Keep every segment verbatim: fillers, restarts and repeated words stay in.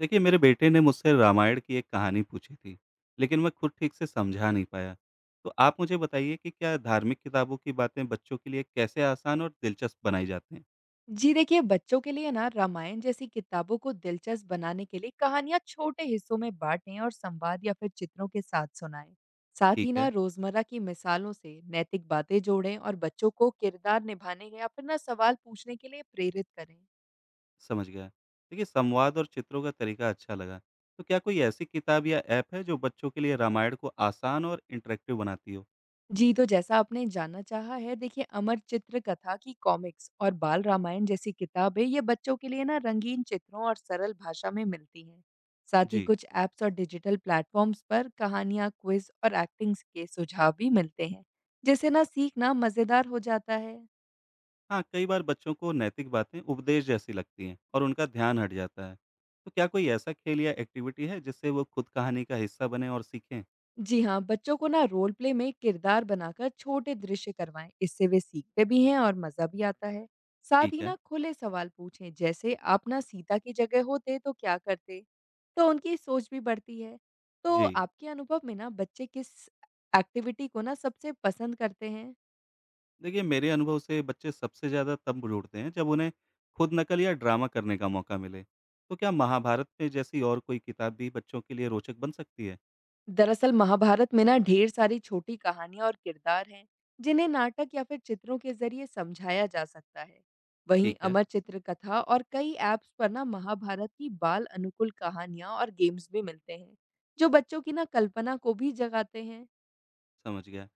देखिए, मेरे बेटे ने मुझसे रामायण की एक कहानी पूछी थी। लेकिन मैं खुद ठीक से समझा नहीं पाया। तो आप मुझे बताइए कि क्या धार्मिक किताबों की बातें बच्चों के लिए कैसे आसान और दिलचस्प बनाई जाती हैं। जी देखिए बच्चों के लिए ना रामायण जैसी किताबों को दिलचस्प बनाने के लिए कहानियां छोटे हिस्सों में बांटें और संवाद या फिर चित्रों के साथ सुनाएं। साथ ठीक ही ना है, रोजमर्रा की मिसालों से नैतिक बातें जोड़ें और बच्चों को किरदार निभाने या फिर ना सवाल पूछने के लिए प्रेरित करें। समझ गया। देखिए, संवाद और चित्रों का तरीका अच्छा लगा। तो क्या कोई ऐसी किताब या ऐप है जो बच्चों के लिए रामायण को आसान और इंटरेक्टिव बनाती हो। जी, तो जैसा आपने जानना चाहा है, देखिए अमर चित्र कथा की कॉमिक्स और बाल रामायण जैसी किताबें ये बच्चों के लिए ना रंगीन चित्रों और सरल भाषा में मिलती हैं। साथ ही जी। कुछ ऐप्स और डिजिटल प्लेटफॉर्म्स पर कहानियाँ, क्विज़ और एक्टिंग्स के सुझाव भी मिलते हैं, जिससे ना सीखना मज़ेदार हो जाता है। हाँ, कई बार बच्चों को नैतिक बातें उपदेश जैसी लगती हैं और उनका ध्यान हट जाता है। तो क्या कोई ऐसा खेल या एक्टिविटी है जिससे वो खुद कहानी का हिस्सा बने और सीखें। जी हाँ, बच्चों को ना रोल प्ले में किरदार बनाकर छोटे दृश्य करवाएं। इससे वे सीखते भी हैं और मज़ा भी आता है। साथ ठीक ही है। ना खुले सवाल पूछें जैसे आप ना सीता की जगह होते तो क्या करते? तो उनकी सोच भी बढ़ती है। तो जी। आपके अनुभव में ना बच्चे किस एक्टिविटी को ना सबसे पसंद करते हैं? देखिए, मेरे अनुभव से बच्चे सबसे ज़्यादा तब जुड़ते हैं जब उन्हें खुद नकल या ड्रामा करने का मौका मिले। तो क्या महाभारत में जैसी और कोई किताब भी बच्चों के लिए रोचक बन सकती है? दरअसल महाभारत में ना ढेर सारी छोटी कहानियां और किरदार हैं, जिन्हें नाटक या फिर चित्रों के जरिए समझाया जा सकता है। वहीं ठीक है, अमर चित्र कथा और कई ऐप्स पर ना महाभारत की बाल अनुकूल कहानियां और गेम्स भी मिलते हैं, जो बच्चों की ना कल्पना को भी जगाते हैं। समझ गया।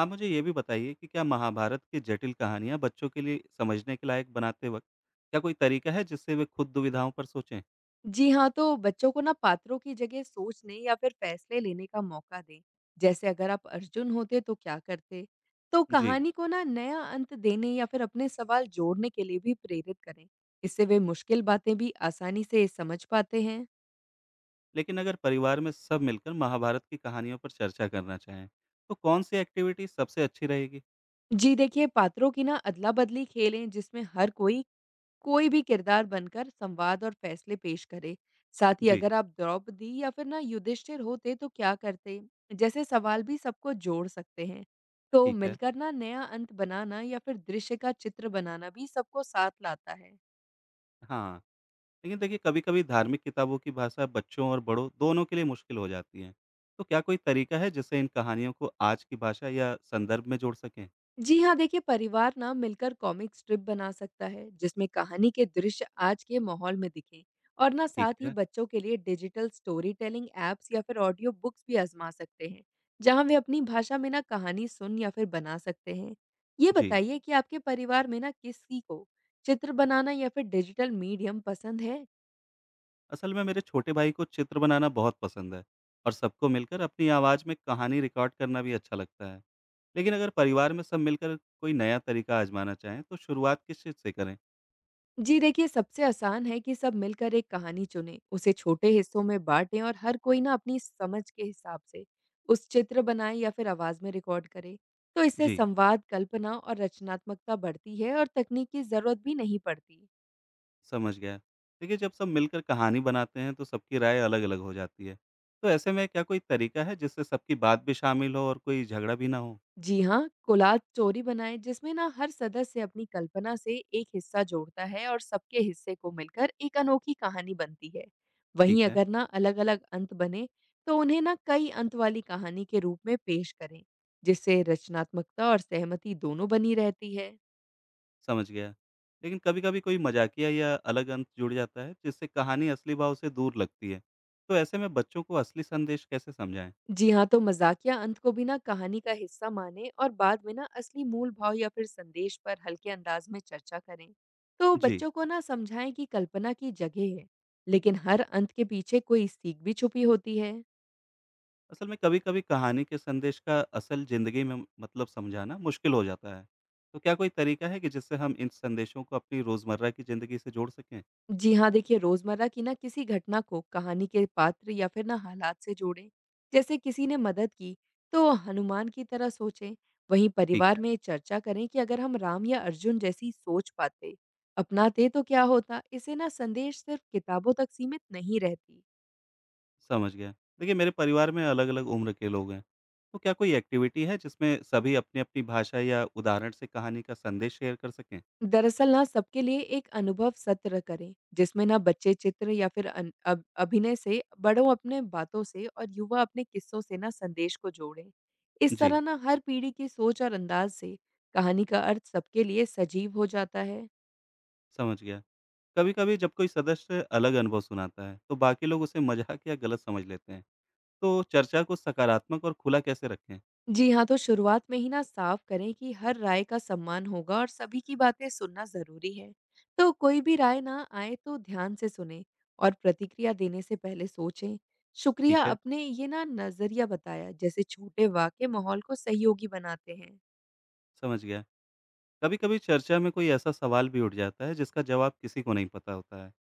आप मुझे ये भी बताइए कि क्या महाभारत की जटिल कहानियाँ बच्चों के लिए समझने के लायक बनाते वक़्त क्या कोई तरीका है जिससे वे खुद दुविधाओं पर सोचें? जी हाँ, तो बच्चों को ना पात्रों की जगह सोचने या फिर फैसले लेने का मौका दें। जैसे अगर आप अर्जुन होते तो क्या करते? तो जी। कहानी को ना नया अंत देने या फिर अपने सवाल जोड़ने के लिए भी प्रेरित करें। इससे वे मुश्किल बातें भी आसानी से समझ पाते हैं। लेकिन अगर परिवार में सब मिलकर महाभारत की कहानियों पर चर्चा करना चाहें, तो कौन-सी एक्टिविटी सबसे अच्छी रहेगी? जी देखिए, पात्रों की ना अदला-बदली खेलें जिसमें हर कोई कोई भी किरदार बनकर संवाद और फैसले पेश करे। साथ ही जी। अगर आप द्रौपदी या फिर ना युधिष्ठिर होते तो क्या करते? जैसे सवाल भी सबको जोड़ सकते हैं। तो ठीक है। मिलकर ना नया अंत बनाना या फिर दृश्य का चित्र बनाना भी सबको साथ लाता है। हाँ। लेकिन देखिए, कभी-कभी धार्मिक किताबों की भाषा बच्चों और बड़ों दोनों के लिए मुश्किल हो जाती है। तो क्या कोई तरीका है जिससे इन कहानियों को आज की भाषा या संदर्भ में जोड़ सकें? जी हाँ, देखिए परिवार ना मिलकर कॉमिक स्ट्रिप बना सकता है जिसमें कहानी के दृश्य आज के माहौल में दिखें। और ना ठीक साथ ही है। बच्चों के लिए डिजिटल स्टोरी टेलिंग एप्स या फिर ऑडियो बुक्स भी आजमा सकते हैं, जहाँ वे अपनी भाषा में ना कहानी सुन या फिर बना सकते हैं। ये जी। बताइए कि आपके परिवार में ना किसी को चित्र बनाना या फिर डिजिटल मीडियम पसंद है? असल में मेरे छोटे भाई को चित्र बनाना बहुत पसंद है और सबको मिलकर अपनी आवाज़ में कहानी रिकॉर्ड करना भी अच्छा लगता है। लेकिन अगर परिवार में सब मिलकर कोई नया तरीका आजमाना चाहें तो शुरुआत किस चीज़ से करें? जी देखिए सबसे आसान है कि सब मिलकर एक कहानी चुनें, उसे छोटे हिस्सों में बांटें और हर कोई ना अपनी समझ के हिसाब से उस चित्र बनाए या फिर आवाज में रिकॉर्ड करे। तो इससे जी। संवाद, कल्पना और रचनात्मकता बढ़ती है और तकनीक की जरूरत भी नहीं पड़ती। समझ गया। देखिए, जब सब मिलकर कहानी बनाते हैं तो सबकी राय अलग-अलग हो जाती है। तो ऐसे में क्या कोई तरीका है जिससे सबकी बात भी शामिल हो और कोई झगड़ा भी ना हो? जी हाँ, कोलाज चोरी बनाएँ जिसमें ना हर सदस्य अपनी कल्पना से एक हिस्सा जोड़ता है और सबके हिस्से को मिलकर एक अनोखी कहानी बनती है। ठीक वहीं है, अगर ना अलग-अलग अंत बने तो उन्हें ना कई अंत वाली कहानी के रूप में पेश करें, जिससे रचनात्मकता और सहमति दोनों बनी रहती है। समझ गया। लेकिन कभी-कभी कोई मजाकिया या अलग अंत जुड़ जाता है जिससे कहानी असली भाव से दूर लगती है। तो ऐसे में बच्चों को असली संदेश कैसे समझाएं? जी हाँ, तो मज़ाकिया अंत को भी ना कहानी का हिस्सा मानें और बाद में ना असली मूल भाव या फिर संदेश पर हल्के अंदाज में चर्चा करें। तो जी। बच्चों को ना समझाएं कि कल्पना की जगह है, लेकिन हर अंत के पीछे कोई सीख भी छुपी होती है। असल में कभी-कभी कहानी के संदेश का असल ज़िंदगी में मतलब समझाना मुश्किल हो जाता है। तो क्या कोई तरीका है कि जिससे हम इन संदेशों को अपनी रोज़मर्रा की ज़िंदगी से जोड़ सकें? जी हाँ, देखिए रोज़मर्रा की ना किसी घटना को कहानी के पात्र या फिर ना हालात से जोड़ें। जैसे किसी ने मदद की तो हनुमान की तरह सोचें। वहीं ठीक परिवार है। में चर्चा करें कि अगर हम राम या अर्जुन जैसी सोच पाते अपनाते तो क्या होता? इससे ना संदेश सिर्फ किताबों तक सीमित नहीं रहती। समझ गया। देखिए, मेरे परिवार में अलग-अलग उम्र के लोग हैं। तो क्या कोई एक्टिविटी है जिसमें सभी अपनी-अपनी भाषा या उदाहरण से कहानी का संदेश शेयर कर सकें? दरअसल ना सबके लिए एक अनुभव सत्र करें जिसमें ना बच्चे चित्र या फिर अन, अब, अभिनय से, बड़ों अपने बातों से और युवा अपने किस्सों से ना संदेश को जोड़ें। इस जी। तरह ना हर पीढ़ी की सोच और अंदाज से कहानी का अर्थ सबके लिए सजीव हो जाता है। समझ गया। कभी-कभी जब कोई सदस्य अलग अनुभव सुनाता है, तो बाकी लोग उसे मज़ाक या गलत समझ लेते हैं। तो चर्चा को सकारात्मक और खुला कैसे रखें? जी हाँ, तो शुरुआत में ही ना साफ करें कि हर राय का सम्मान होगा और सभी की बातें सुनना ज़रूरी है। तो कोई भी राय ना आए तो ध्यान से सुनें और प्रतिक्रिया देने से पहले सोचें। शुक्रिया ठीक है, अपने ये ना नज़रिया बताया जैसे छोटे वाक्य माहौल को सहयोगी बनाते हैं। समझ गया। कभी-कभी चर्चा में कोई ऐसा सवाल भी उठ जाता है जिसका जवाब किसी को नहीं पता होता है।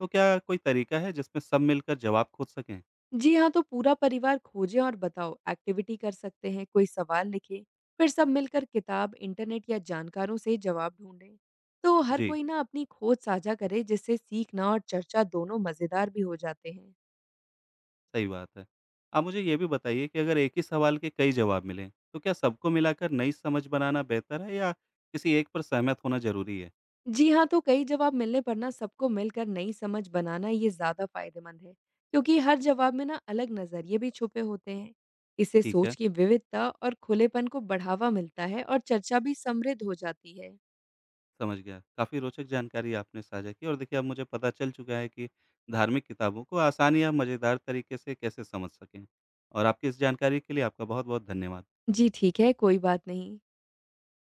तो क्या कोई तरीका है जिसमें सब मिलकर जवाब खोज सकें? जी हाँ, तो पूरा परिवार खोजे और बताओ एक्टिविटी कर सकते हैं, कोई सवाल लिखे, फिर सब मिलकर किताब, इंटरनेट या जानकारों से जवाब ढूंढें। तो हर जी। कोई ना अपनी खोज साझा करे जिससे सीखना और चर्चा दोनों मजेदार भी हो जाते हैं। सही बात है। आप मुझे ये भी बताइए कि अगर एक ही सवाल के कई जवाब मिलें, तो क्या सबको मिलाकर नई समझ बनाना बेहतर है या किसी एक पर सहमत होना ज़रूरी है? जी हाँ, तो कई जवाब मिलने पर ना सबको मिलकर नई समझ बनाना ये ज्यादा फायदेमंद है, क्योंकि हर जवाब में ना अलग नजरिए भी छुपे होते हैं। इससे ठीक है, सोच की विविधता और खुलेपन को बढ़ावा मिलता है और चर्चा भी समृद्ध हो जाती है। समझ गया। काफ़ी रोचक जानकारी आपने साझा की और देखिए, अब मुझे पता चल चुका है कि धार्मिक किताबों को आसान या मज़ेदार तरीके से कैसे समझ सकें। और आपकी इस जानकारी के लिए आपका बहुत-बहुत धन्यवाद। जी ठीक है, कोई बात नहीं।